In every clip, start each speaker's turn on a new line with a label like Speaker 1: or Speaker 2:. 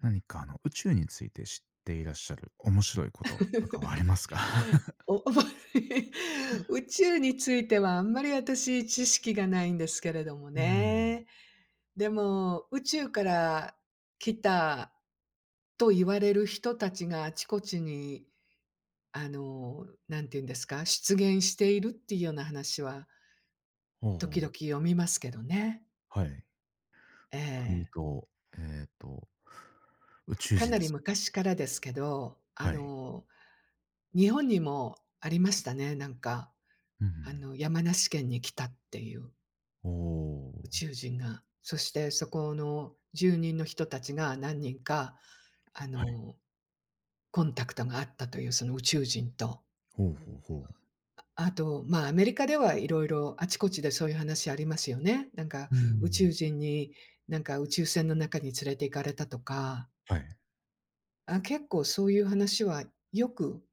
Speaker 1: 何か宇宙について知っていらっしゃる面白いこととかはありますか？
Speaker 2: お 宇宙についてはあんまり私知識がないんですけれども
Speaker 1: うーん。
Speaker 2: ね。でも、宇宙から来たと言われる人たちがあちこちに、なんて言うんですか、出現しているっていうような話は
Speaker 1: ほう
Speaker 2: 時
Speaker 1: ほう。
Speaker 2: 々読みますけどね。
Speaker 1: はい。
Speaker 2: え
Speaker 1: という
Speaker 2: え。
Speaker 1: と、えっと、宇宙
Speaker 2: か
Speaker 1: 人
Speaker 2: な
Speaker 1: で
Speaker 2: り
Speaker 1: すか。
Speaker 2: 昔からですけど、
Speaker 1: はい。
Speaker 2: 日本にもありましたね、なんか、
Speaker 1: うんうん。
Speaker 2: 山梨県に来たっていう。
Speaker 1: お
Speaker 2: 宇
Speaker 1: お。
Speaker 2: 宙人が、そしてそこの住人の人たちが何人か、あ
Speaker 1: はい。
Speaker 2: の、コンタクトがあったというその宇宙人と、
Speaker 1: ほうほうほう。
Speaker 2: あと、まあアメリカではいろいろあちこちでそういう話ありますよね。なんか
Speaker 1: うー
Speaker 2: 宇宙
Speaker 1: ん。
Speaker 2: 人に、なんか宇宙船の中に連れて行かれたとか、
Speaker 1: はい。
Speaker 2: あ、結構そういう話はよく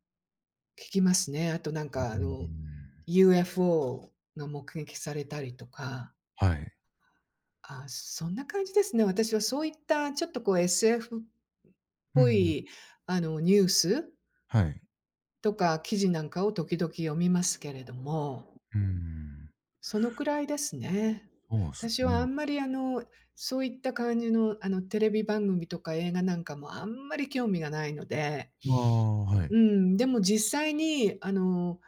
Speaker 2: 聞きますね。あと
Speaker 1: うーん。
Speaker 2: UFO が目撃されたりとか。
Speaker 1: はい。
Speaker 2: あ、そんな感じですね。私はそういったちょっとこう SF っ
Speaker 1: うん
Speaker 2: ぽ
Speaker 1: ん。
Speaker 2: いあのニュース
Speaker 1: はい。
Speaker 2: とか記事なんかを時々読みますけれども、
Speaker 1: うーん。
Speaker 2: そのくらいですね。
Speaker 1: そうです
Speaker 2: 私はあ
Speaker 1: ね。
Speaker 2: んまりそういった感じのあのテレビ番組とか映画なんかもあんまり興味がないので、
Speaker 1: ああ、はい。
Speaker 2: うん、でも実際に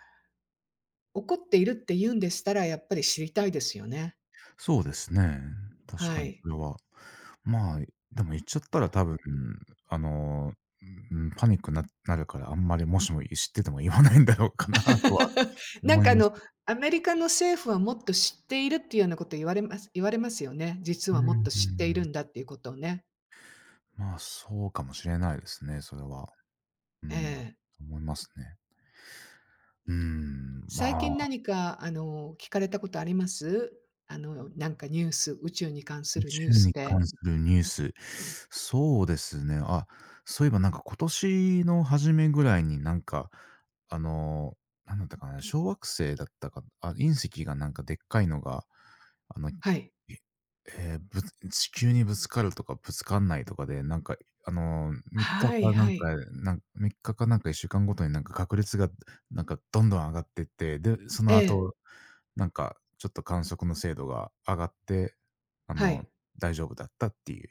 Speaker 2: 起こっているって言うんでしたらやっぱり知りたいですよね。
Speaker 1: そうですね。確
Speaker 2: は
Speaker 1: かに
Speaker 2: い。
Speaker 1: それは。まあ、でも言っちゃったら多分、あの、うん、パニックになるから、あんまりもしも知ってても言わないんだろうかなとは
Speaker 2: なん
Speaker 1: 思い
Speaker 2: かあ
Speaker 1: ます。
Speaker 2: の、アメリカの政府はもっと知っているっていうようなこと言われますよね。実
Speaker 1: う
Speaker 2: はもっ
Speaker 1: ー
Speaker 2: と知っている
Speaker 1: ん。
Speaker 2: んだっていうことをね。
Speaker 1: まあ、そうかもしれないですね、それは。う
Speaker 2: え
Speaker 1: ん、
Speaker 2: え。
Speaker 1: 思いますね。うーん、ま
Speaker 2: 最近
Speaker 1: あ
Speaker 2: 何か聞かれたことあります？あの、なんかニュース宇宙に関す
Speaker 1: 宇
Speaker 2: るニュー
Speaker 1: 宙
Speaker 2: ス
Speaker 1: に
Speaker 2: で。
Speaker 1: 関するニュース。そうですね。あ、そういえばなんか今年の初めぐらいになんか、あの、なんだったかな、小惑星だったか、あ、隕石がなんかでっかいのが、あの、
Speaker 2: はい。
Speaker 1: ええ、地球にぶつかるとかぶつかんないとかで、なんか、3日
Speaker 2: は
Speaker 1: か
Speaker 2: い
Speaker 1: かな
Speaker 2: は
Speaker 1: ん
Speaker 2: い。
Speaker 1: か、3日かかなんか1週間ごとになんか確率がなんかどんどん上がってって、で、そ
Speaker 2: え
Speaker 1: の
Speaker 2: え、
Speaker 1: 後、なんかちょっと観測の精度が上がって、あ
Speaker 2: は
Speaker 1: の
Speaker 2: い。
Speaker 1: 大丈夫だったっていう、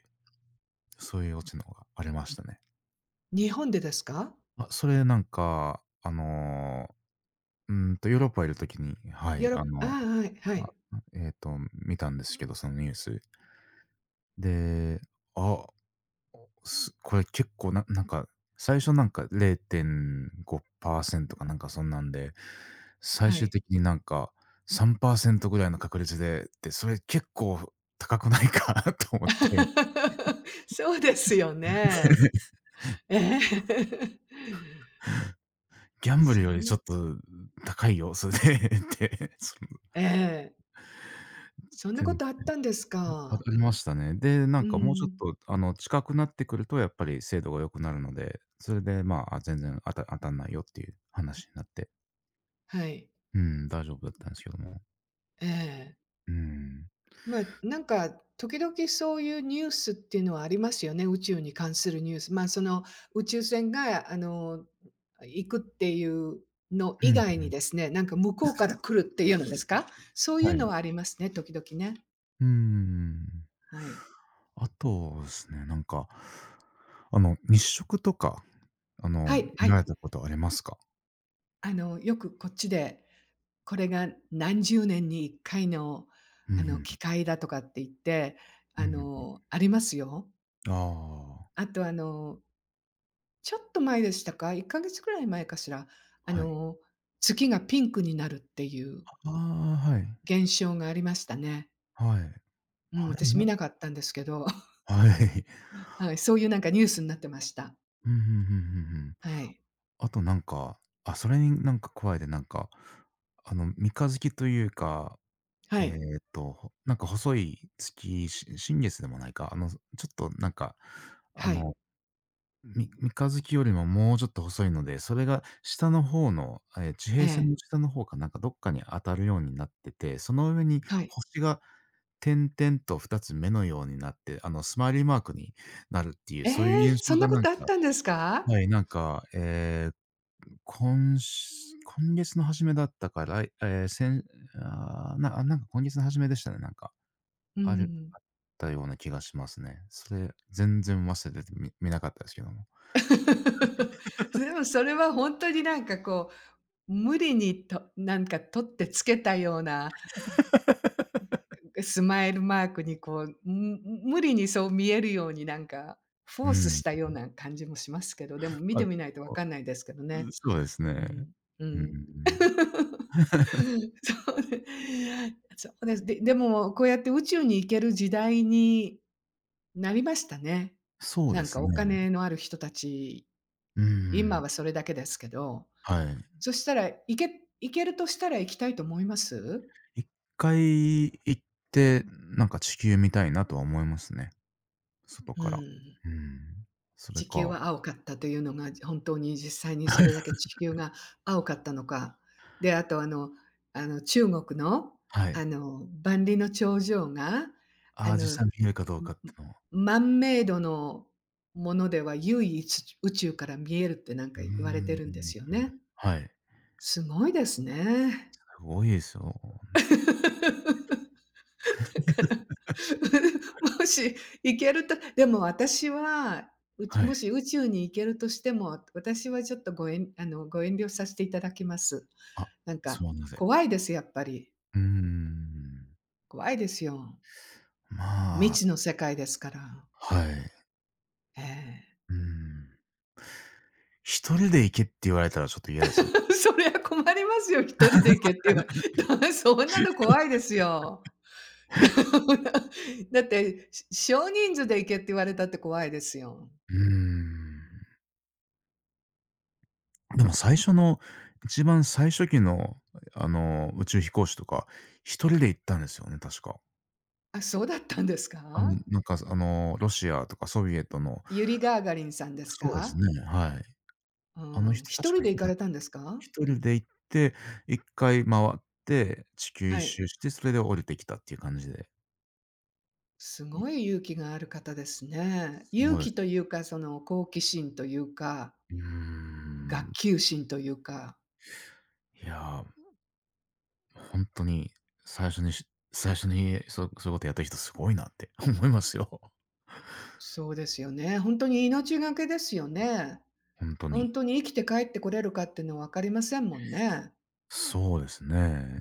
Speaker 1: そういうオチのがありましたね。
Speaker 2: 日本でですか？
Speaker 1: あ、それなんか、ヨーロッパいる時に、は
Speaker 2: ヨ
Speaker 1: い、
Speaker 2: ーロッパ、ああ、はい、は
Speaker 1: あ、
Speaker 2: い、
Speaker 1: えっと、見たんですけど、そのニュース。で、あ、これ結構なんか、最初なんか0.5%かなんかそんなんで、最
Speaker 2: は
Speaker 1: 終
Speaker 2: い。
Speaker 1: 的になんか3%ぐらいの確率でって、それ結構高くないか と思って。
Speaker 2: そうですよね。ええ。
Speaker 1: ギ ャンブル
Speaker 2: そ
Speaker 1: よ
Speaker 2: う
Speaker 1: りち
Speaker 2: な
Speaker 1: ょっと高いよ、それでって、その、
Speaker 2: ええ。そんな
Speaker 1: で
Speaker 2: こ
Speaker 1: も
Speaker 2: とあったんです
Speaker 1: あ、あ
Speaker 2: か。
Speaker 1: りましたね。で、な
Speaker 2: う
Speaker 1: んかもうちょっ
Speaker 2: ん、
Speaker 1: と、近くなってくるとやっぱり精度が良くなるので、それで、まあ、あ、全然当たんないよっていう話になって、
Speaker 2: はい。
Speaker 1: うん、大丈夫だったんですけども。
Speaker 2: ええ。
Speaker 1: うーん。
Speaker 2: まあ、なんか、時々そういうニュースっていうのはありますよね、宇宙に関するニュース。まあ、その、宇宙船が、行くっていうの
Speaker 1: う
Speaker 2: 以
Speaker 1: ん、
Speaker 2: 外にですね、なんか向こうから来るっていうのですか？そうい
Speaker 1: は
Speaker 2: うの
Speaker 1: い。
Speaker 2: はありますね、時々ね。
Speaker 1: うーん。
Speaker 2: はい。
Speaker 1: あとですね、なんか、日食とか、あの、
Speaker 2: はいは
Speaker 1: 見
Speaker 2: い。
Speaker 1: られたことありますか？
Speaker 2: あの、よくこっちで、これが何十年に1回の、
Speaker 1: うんうんうん。
Speaker 2: 機会だとかって言って、
Speaker 1: う
Speaker 2: あ
Speaker 1: んうんう
Speaker 2: の、ありますよ。
Speaker 1: ん。あ
Speaker 2: あとちょっと前でしたか、1か月くらい前かしら、あ
Speaker 1: あ、はい。
Speaker 2: の、月がピンクになるっていう
Speaker 1: ああ、はい、
Speaker 2: 現象がありましたね。
Speaker 1: はい。
Speaker 2: うん、
Speaker 1: あれ、
Speaker 2: 私見
Speaker 1: な
Speaker 2: な かったんですけど、
Speaker 1: はい。
Speaker 2: はい、そういうなんかニュースになってました。
Speaker 1: うんうんうんうんうん。
Speaker 2: はい。
Speaker 1: あとなんか、あ、それになんか加えてなんか、三日月というか、
Speaker 2: はい。
Speaker 1: なんか細い月、新月でもないか、ちょっとなんか、あ
Speaker 2: はい。
Speaker 1: の、三日月よりももうちょっと細いので、それが下の方の、え、地
Speaker 2: え
Speaker 1: 平線
Speaker 2: え。
Speaker 1: の下の方かなんかどっかに当たるようになってて、その上に
Speaker 2: はい。
Speaker 1: 星が点々と二つ目のようになって、スマイリーマークになるっていう、
Speaker 2: え
Speaker 1: そういう
Speaker 2: え、
Speaker 1: 印
Speaker 2: そ
Speaker 1: 象
Speaker 2: んな
Speaker 1: が
Speaker 2: こ
Speaker 1: なん
Speaker 2: とあっ
Speaker 1: か
Speaker 2: たんですか？
Speaker 1: はい、なんか、今月の初めだったから、ええ、先なんか今月の初めでしたね、なんか。
Speaker 2: う
Speaker 1: あっ
Speaker 2: ん。
Speaker 1: たような気がしますね。それ、全然忘れて見なかったですけども。
Speaker 2: でもそれは本当になんか無理にとなんか取ってつけたようなスマイルマークに無理にそう見えるようになんか、フ
Speaker 1: う
Speaker 2: ォースし
Speaker 1: ん。
Speaker 2: たような感じもしますけど、でも見
Speaker 1: あ、
Speaker 2: て
Speaker 1: ち
Speaker 2: みないとわ
Speaker 1: ょっと、
Speaker 2: かんないですけどね。
Speaker 1: そうです
Speaker 2: う
Speaker 1: ね。
Speaker 2: ん、う
Speaker 1: う
Speaker 2: ん。
Speaker 1: ん。
Speaker 2: そうね。そうです。で、でも、こうやって宇宙に行ける時代になりましたね。
Speaker 1: そう
Speaker 2: な
Speaker 1: で
Speaker 2: ん
Speaker 1: す
Speaker 2: か
Speaker 1: ね。
Speaker 2: お金のある人たち、
Speaker 1: う
Speaker 2: 今
Speaker 1: ん。
Speaker 2: はそれだけですけど、
Speaker 1: はい。
Speaker 2: そしたら、行けるとしたら行きたいと思います？
Speaker 1: 一回行って、なんか地球見たいなとは思いますね、外
Speaker 2: う
Speaker 1: から。
Speaker 2: ん。
Speaker 1: うん。それ
Speaker 2: 地球
Speaker 1: か
Speaker 2: は青かったというのが、本当に実際にそれだけ地球が青かったのか。で、あとあの中国の、
Speaker 1: は
Speaker 2: あ
Speaker 1: い。
Speaker 2: の万里の長城が、
Speaker 1: あ
Speaker 2: あ
Speaker 1: あ、
Speaker 2: の、
Speaker 1: 実際見えるかどう
Speaker 2: う
Speaker 1: かって
Speaker 2: ん、
Speaker 1: のは
Speaker 2: 万明度のものでは唯一宇宙から見えるってなん
Speaker 1: う
Speaker 2: か
Speaker 1: ー
Speaker 2: 言われて
Speaker 1: ん、
Speaker 2: るんですよね。
Speaker 1: はい。
Speaker 2: すごいですね。
Speaker 1: すごいですよ。
Speaker 2: だから、もし行けるとでも私は、
Speaker 1: はい。
Speaker 2: もし宇宙に行けるとしても、私はちょっとごえんあの、ご遠慮させていただきます。
Speaker 1: あ、
Speaker 2: なん
Speaker 1: そ
Speaker 2: か、
Speaker 1: れはなぜ？
Speaker 2: 怖いです、やっぱり。
Speaker 1: うーん。
Speaker 2: 怖いですよ。未
Speaker 1: まあ、
Speaker 2: 知の世界ですから。
Speaker 1: はい。
Speaker 2: ええ
Speaker 1: うーん。一人で行けって言われたらちょっと嫌ですね。
Speaker 2: そりゃ困りますよ、一人で行けって言われ そんなの怖いですよ。だって、少人数で行けって言われたって怖いですよ。
Speaker 1: うーん。でも最初の一番最初期の、宇宙飛行士とか、一人で行ったんですよね、確か。
Speaker 2: あ、そうだったんですか？
Speaker 1: なんか、ロシアとかソビエトの
Speaker 2: ユリ・ガーガリンさんです
Speaker 1: そうです
Speaker 2: か？
Speaker 1: ね、はい。
Speaker 2: う
Speaker 1: あの
Speaker 2: ん、
Speaker 1: 人
Speaker 2: 一
Speaker 1: 確
Speaker 2: 人
Speaker 1: か
Speaker 2: で行かれたんですか？
Speaker 1: 一人で行って、一回回って地球一
Speaker 2: はい。
Speaker 1: 周して、それで降りてきたっていう感じで。
Speaker 2: す
Speaker 1: い
Speaker 2: ごい勇気がある方ですね。勇
Speaker 1: そうで
Speaker 2: 気
Speaker 1: す。
Speaker 2: というか、その好奇心というか、
Speaker 1: うー
Speaker 2: 学
Speaker 1: ん。
Speaker 2: 級心というか、
Speaker 1: いや、ほんとに最初にそういうことやった人すごいなって 思いますよ。
Speaker 2: そうですよね。本当に命がけですよね。
Speaker 1: ほんと
Speaker 2: 本
Speaker 1: に。
Speaker 2: 当に生きて帰ってこれるかっていうのは分かりませんもんね。
Speaker 1: そうですね。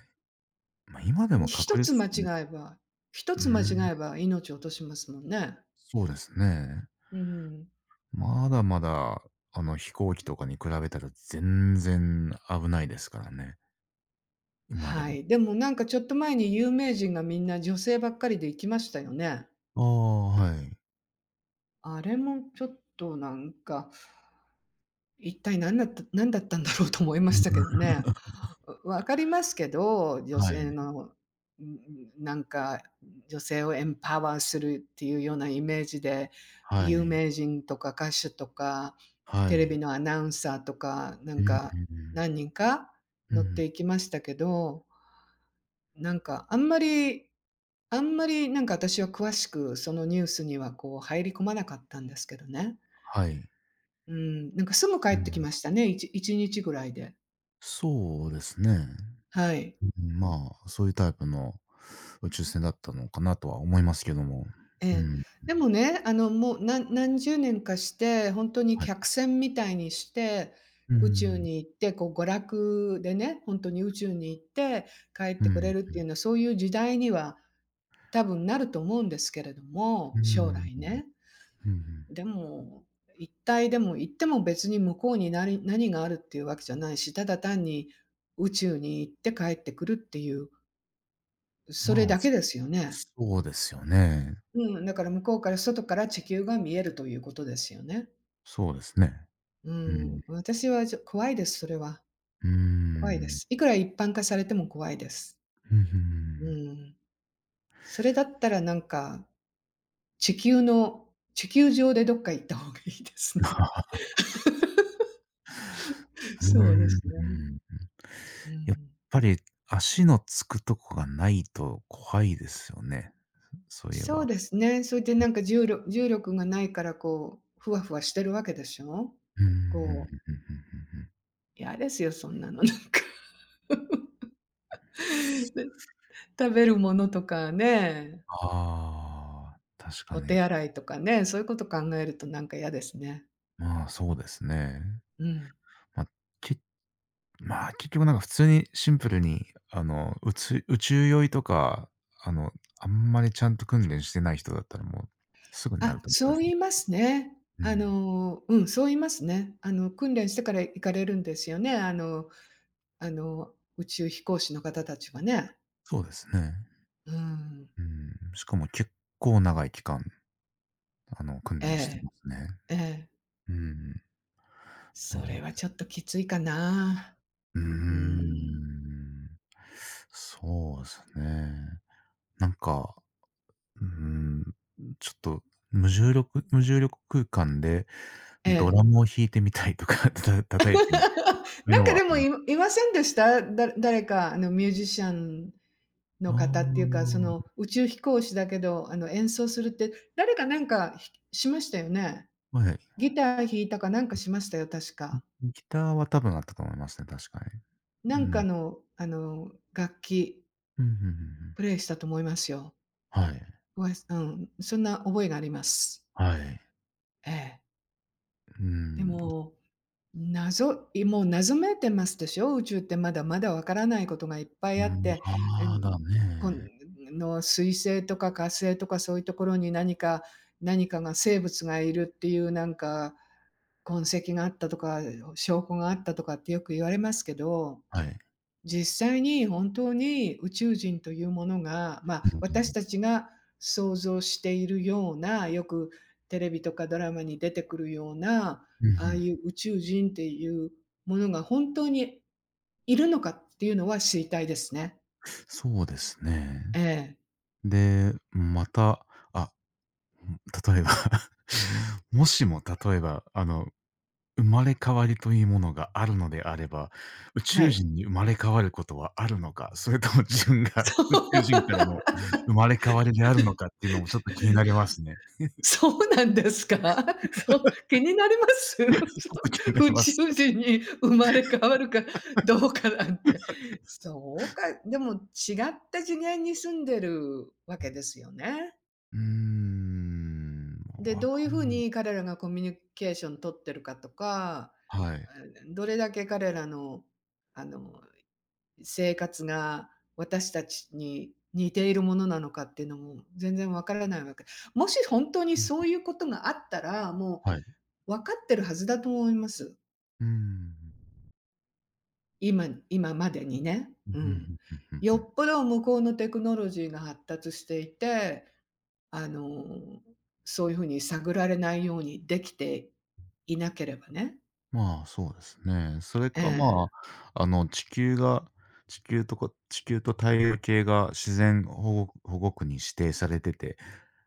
Speaker 1: ま、今でも確
Speaker 2: 一つ
Speaker 1: 率
Speaker 2: 間
Speaker 1: ね
Speaker 2: 違えば一
Speaker 1: うー
Speaker 2: つ間違
Speaker 1: ん、
Speaker 2: えば命を落としますもんね。
Speaker 1: そうですね。
Speaker 2: うん。
Speaker 1: まだまだ、飛行機とかに比べたら全然危ないですからね、今で
Speaker 2: は
Speaker 1: も。
Speaker 2: い。でもなんかちょっと前に有名人がみんな女性ばっかりで行きましたよね。
Speaker 1: ああ、はい。
Speaker 2: あれもちょっとなんか、一体なんだったんだろうと思いま
Speaker 1: う
Speaker 2: した
Speaker 1: ん。
Speaker 2: けどね。分かりますけど、女
Speaker 1: はい、
Speaker 2: 性の、ん、なんか女性をエンパワーするっていうようなイメージで、
Speaker 1: は
Speaker 2: 有
Speaker 1: い、
Speaker 2: 名人とか歌手とか、
Speaker 1: は
Speaker 2: テレビ
Speaker 1: い。
Speaker 2: のアナウンサーとか、な
Speaker 1: う
Speaker 2: ん
Speaker 1: ん、うんう
Speaker 2: か
Speaker 1: ん。
Speaker 2: 何人か
Speaker 1: う
Speaker 2: 乗っ
Speaker 1: ん、
Speaker 2: ていきましたけど、なんかあんまりあんまりなんか私は詳しくそのニュースにはこう入り込まなかったんですけどね。
Speaker 1: はい。
Speaker 2: うん、なんかすぐ帰っ
Speaker 1: う
Speaker 2: てき
Speaker 1: ん。
Speaker 2: ましたね、1日ぐらいで。
Speaker 1: そうですね。
Speaker 2: はい。
Speaker 1: うん、まあ、そういうタイプの宇宙船だったのかなとは思いますけども。
Speaker 2: え
Speaker 1: う
Speaker 2: え。
Speaker 1: ん、
Speaker 2: でもね、あの、もう、何十年かして、ほんとに
Speaker 1: はい。
Speaker 2: 客船みたいにして、
Speaker 1: う
Speaker 2: 宇宙
Speaker 1: ん、
Speaker 2: に行って、こう娯楽でね、ほんとに宇宙に行って帰っ
Speaker 1: う
Speaker 2: てこれ
Speaker 1: ん、
Speaker 2: るっ
Speaker 1: うん、
Speaker 2: ていうのは、そういう時代には多分なると思うんですけれども、
Speaker 1: う
Speaker 2: 将
Speaker 1: ん、
Speaker 2: 来ね。でも、行っても別に向こうに何があるっていうわけじゃないし、ただ単に宇宙に行って帰ってくるっていうそれ
Speaker 1: まあ、
Speaker 2: だけですよね。
Speaker 1: そうですよね。
Speaker 2: うん、だから向こうから外から地球が見えるということですよね。
Speaker 1: そうですね。
Speaker 2: う
Speaker 1: うん、
Speaker 2: ん、私は怖いです、それは。
Speaker 1: うー
Speaker 2: 怖いで
Speaker 1: ん、
Speaker 2: す。いくら一般化されても怖いです。
Speaker 1: うん、
Speaker 2: うん。それだったらなんか、地球の地球上でどっか行った方がいいです
Speaker 1: う
Speaker 2: ね。
Speaker 1: ん。うー
Speaker 2: そうです
Speaker 1: ん。
Speaker 2: ね。う
Speaker 1: やっ
Speaker 2: ん。
Speaker 1: ぱり足のつくとこがないと怖いですよね、そういえ
Speaker 2: そう
Speaker 1: ば。
Speaker 2: ですね。それでなんか重力がないからこう、ふわふわしてるわけでしょ？
Speaker 1: うんうんうんうんうんう
Speaker 2: こう、
Speaker 1: んうん
Speaker 2: 嫌ですよ、そんなのなんか 食べるものとかね、
Speaker 1: ああ、確か
Speaker 2: お手
Speaker 1: に。
Speaker 2: 洗いとかね、そういうこと考えるとなんか嫌ですね。
Speaker 1: まあ、そうですね。
Speaker 2: うん。
Speaker 1: ま、けまあ、結局なんか普通にシンプルに、宇宙酔いとか、あの、あんまりちゃんと訓練してない人だったらもうすぐになる
Speaker 2: あ、
Speaker 1: と思いま
Speaker 2: そう
Speaker 1: すね。
Speaker 2: 言いますね。
Speaker 1: う
Speaker 2: あ
Speaker 1: ん、
Speaker 2: の、うん、そう言いますね。あの、訓練してから行かれるんですよね。あの、宇宙飛行士の方たちはね。
Speaker 1: そうですね。
Speaker 2: うん。
Speaker 1: うん。しかも結構長い期間、訓
Speaker 2: え
Speaker 1: 練して
Speaker 2: え、
Speaker 1: ますね。
Speaker 2: ええ。
Speaker 1: うん。な
Speaker 2: そ
Speaker 1: の
Speaker 2: れはちょっときついかな。
Speaker 1: うー
Speaker 2: うん。
Speaker 1: ん。そうですね。なんか、うーん、ちょっと無重力空間で
Speaker 2: え
Speaker 1: ド
Speaker 2: え。
Speaker 1: ラムを弾いてみたいとか、叩いてみたい、そ ういう
Speaker 2: なん
Speaker 1: の
Speaker 2: かで
Speaker 1: は
Speaker 2: もいいませんでした？誰かあのミュージシャンの方っていう
Speaker 1: あ
Speaker 2: か、その宇宙飛行士だけど、あの、演奏するって、誰かなんかましたよね？
Speaker 1: あ、はい。
Speaker 2: ギター弾いたかなんかしましたよ、確か。
Speaker 1: ギターは多分あったと思いますね、確かに。
Speaker 2: なん
Speaker 1: う
Speaker 2: か
Speaker 1: ん。
Speaker 2: の、あの、楽器
Speaker 1: うん、ふんふんふん。
Speaker 2: プレイしたと思いますよ。
Speaker 1: はい。
Speaker 2: ごあいうん、そんな覚えがあります。
Speaker 1: はい。
Speaker 2: ええ。
Speaker 1: う
Speaker 2: で
Speaker 1: ん。
Speaker 2: ももう謎めいてますでしょ、宇宙ってまだまだわからないことがいっぱい
Speaker 1: う
Speaker 2: あっ
Speaker 1: ん、
Speaker 2: て、う
Speaker 1: ああ、
Speaker 2: ん、
Speaker 1: だ
Speaker 2: こ
Speaker 1: ね。
Speaker 2: の水星とか火星とかそういうところに何かが生物がいるっていうなんか、痕跡があったとか、証拠があったとかってよく言われますけど、
Speaker 1: はい。
Speaker 2: 実際に本当に宇宙人というものが、ま
Speaker 1: うん
Speaker 2: あ、
Speaker 1: う
Speaker 2: 私
Speaker 1: ん。
Speaker 2: たちが想像しているような、よくテレビとかドラマに出てくるような、
Speaker 1: うん、う
Speaker 2: ああ
Speaker 1: ん。
Speaker 2: いう宇宙人っていうものが本当にいるのかっていうのは知りたいですね。
Speaker 1: そうです
Speaker 2: え
Speaker 1: ね。
Speaker 2: え、
Speaker 1: で、また、あ、例えば もしも例えば、生まれ変わりというものがあるのであれば、宇
Speaker 2: は
Speaker 1: 宙
Speaker 2: い。
Speaker 1: 人に生まれ変わることはあるのか、それとも自分 が
Speaker 2: そ
Speaker 1: 宇宙人
Speaker 2: う。
Speaker 1: からの生まれ変わりであるのかっていうのもちょっと気になりますね。
Speaker 2: そうなんですか？そう、気になります？
Speaker 1: ちょっと気に
Speaker 2: そ
Speaker 1: な
Speaker 2: う、
Speaker 1: り
Speaker 2: 宇
Speaker 1: ます
Speaker 2: 宙
Speaker 1: ね。
Speaker 2: 人に生まれ変わるかどうかなんて。そうか、でも違った次元に住んでるわけですよね。
Speaker 1: うーん、もう
Speaker 2: で、
Speaker 1: わ
Speaker 2: どういう
Speaker 1: かん
Speaker 2: ふう
Speaker 1: ない
Speaker 2: に彼らがコミュニケーション取ってるかとか、
Speaker 1: はい。
Speaker 2: うん、どれだけ彼らの、あの、生活が私たちに似ているものなのかっていうのも全然わからないわけ。もし本当に
Speaker 1: うん、
Speaker 2: そういうことがあったら、も
Speaker 1: はい。
Speaker 2: う分かってるはずだと思います。
Speaker 1: うーん。
Speaker 2: 今までにね。
Speaker 1: うん、
Speaker 2: う
Speaker 1: う
Speaker 2: ん。
Speaker 1: んうんう
Speaker 2: よ
Speaker 1: ん。
Speaker 2: っぽど向こうのテクノロジーが発達していて、あの、そういう風に探られないようにできていなければね。
Speaker 1: まあ、そうですね。それか、ま
Speaker 2: え
Speaker 1: あ、地球とか地球と太陽系が自然保護区に指定されてて、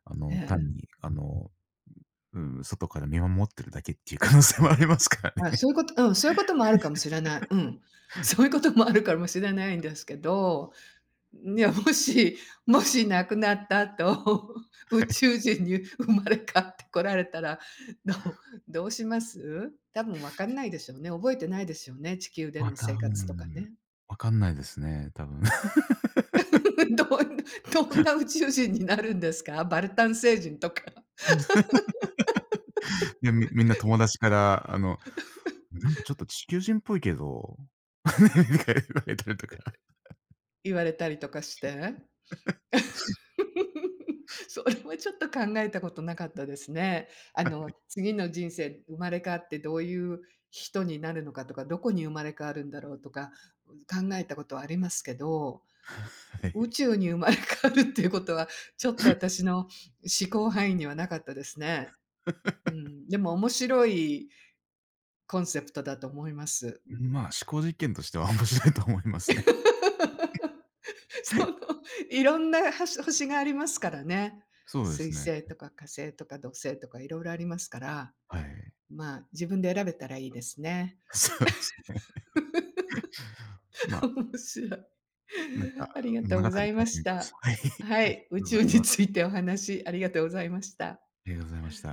Speaker 2: え、え
Speaker 1: 単
Speaker 2: え。
Speaker 1: に、うん、外から見守ってるだけっていう可能性もありますから
Speaker 2: あ、
Speaker 1: ね。
Speaker 2: そういう こと、うん、そういうこともあるかもしれない。うん。そういうこともあるかもしれないんですけど、いや、もし亡くなった後、宇宙人に生まれ変わってこられたら、どうどうします？多分分かんないでしょうね。覚えてないでしょうね、地球で
Speaker 1: ま、
Speaker 2: の
Speaker 1: 多
Speaker 2: 生活とか
Speaker 1: 分、
Speaker 2: ね。
Speaker 1: わかんないですね、多分。
Speaker 2: どんどんな宇宙人になるんですか？バルタン星人とか
Speaker 1: いや、みんな友達から、なんかちょっと地球人っぽいけど、ねみたいな言われたりとか。
Speaker 2: 言われたりとかして。それはちょっと考えたことなかったですね。あの、次の人生、生まれ変わってどういう人になるのかとか、どこに生まれ変わるんだろうとか、考えたことはありますけど、
Speaker 1: はい。
Speaker 2: 宇宙に生まれ変わるっていうことは、ちょっと私の思考範囲にはなかったですね。うん、でも面白いコンセプトだと思います。
Speaker 1: まあ、思考実験としては面白いと思いま すね。
Speaker 2: その、いろんな星、星がありますからね。
Speaker 1: そうで
Speaker 2: 水
Speaker 1: すね。
Speaker 2: 星とか火星とか土星とかいろいろありますから、
Speaker 1: はい。
Speaker 2: まあ、自分で選べたらいいですね。
Speaker 1: そうですね。まあ、
Speaker 2: 面白い。
Speaker 1: なんか
Speaker 2: ありがとう
Speaker 1: 物語
Speaker 2: ご
Speaker 1: 書
Speaker 2: ざ
Speaker 1: いて
Speaker 2: いまし
Speaker 1: みま
Speaker 2: た。
Speaker 1: す。はい、あり
Speaker 2: は
Speaker 1: がと
Speaker 2: い、
Speaker 1: う
Speaker 2: 宇
Speaker 1: ござ
Speaker 2: 宙に
Speaker 1: いま
Speaker 2: つ
Speaker 1: す。
Speaker 2: いてお話ありがとうございました。
Speaker 1: ありがとうございました。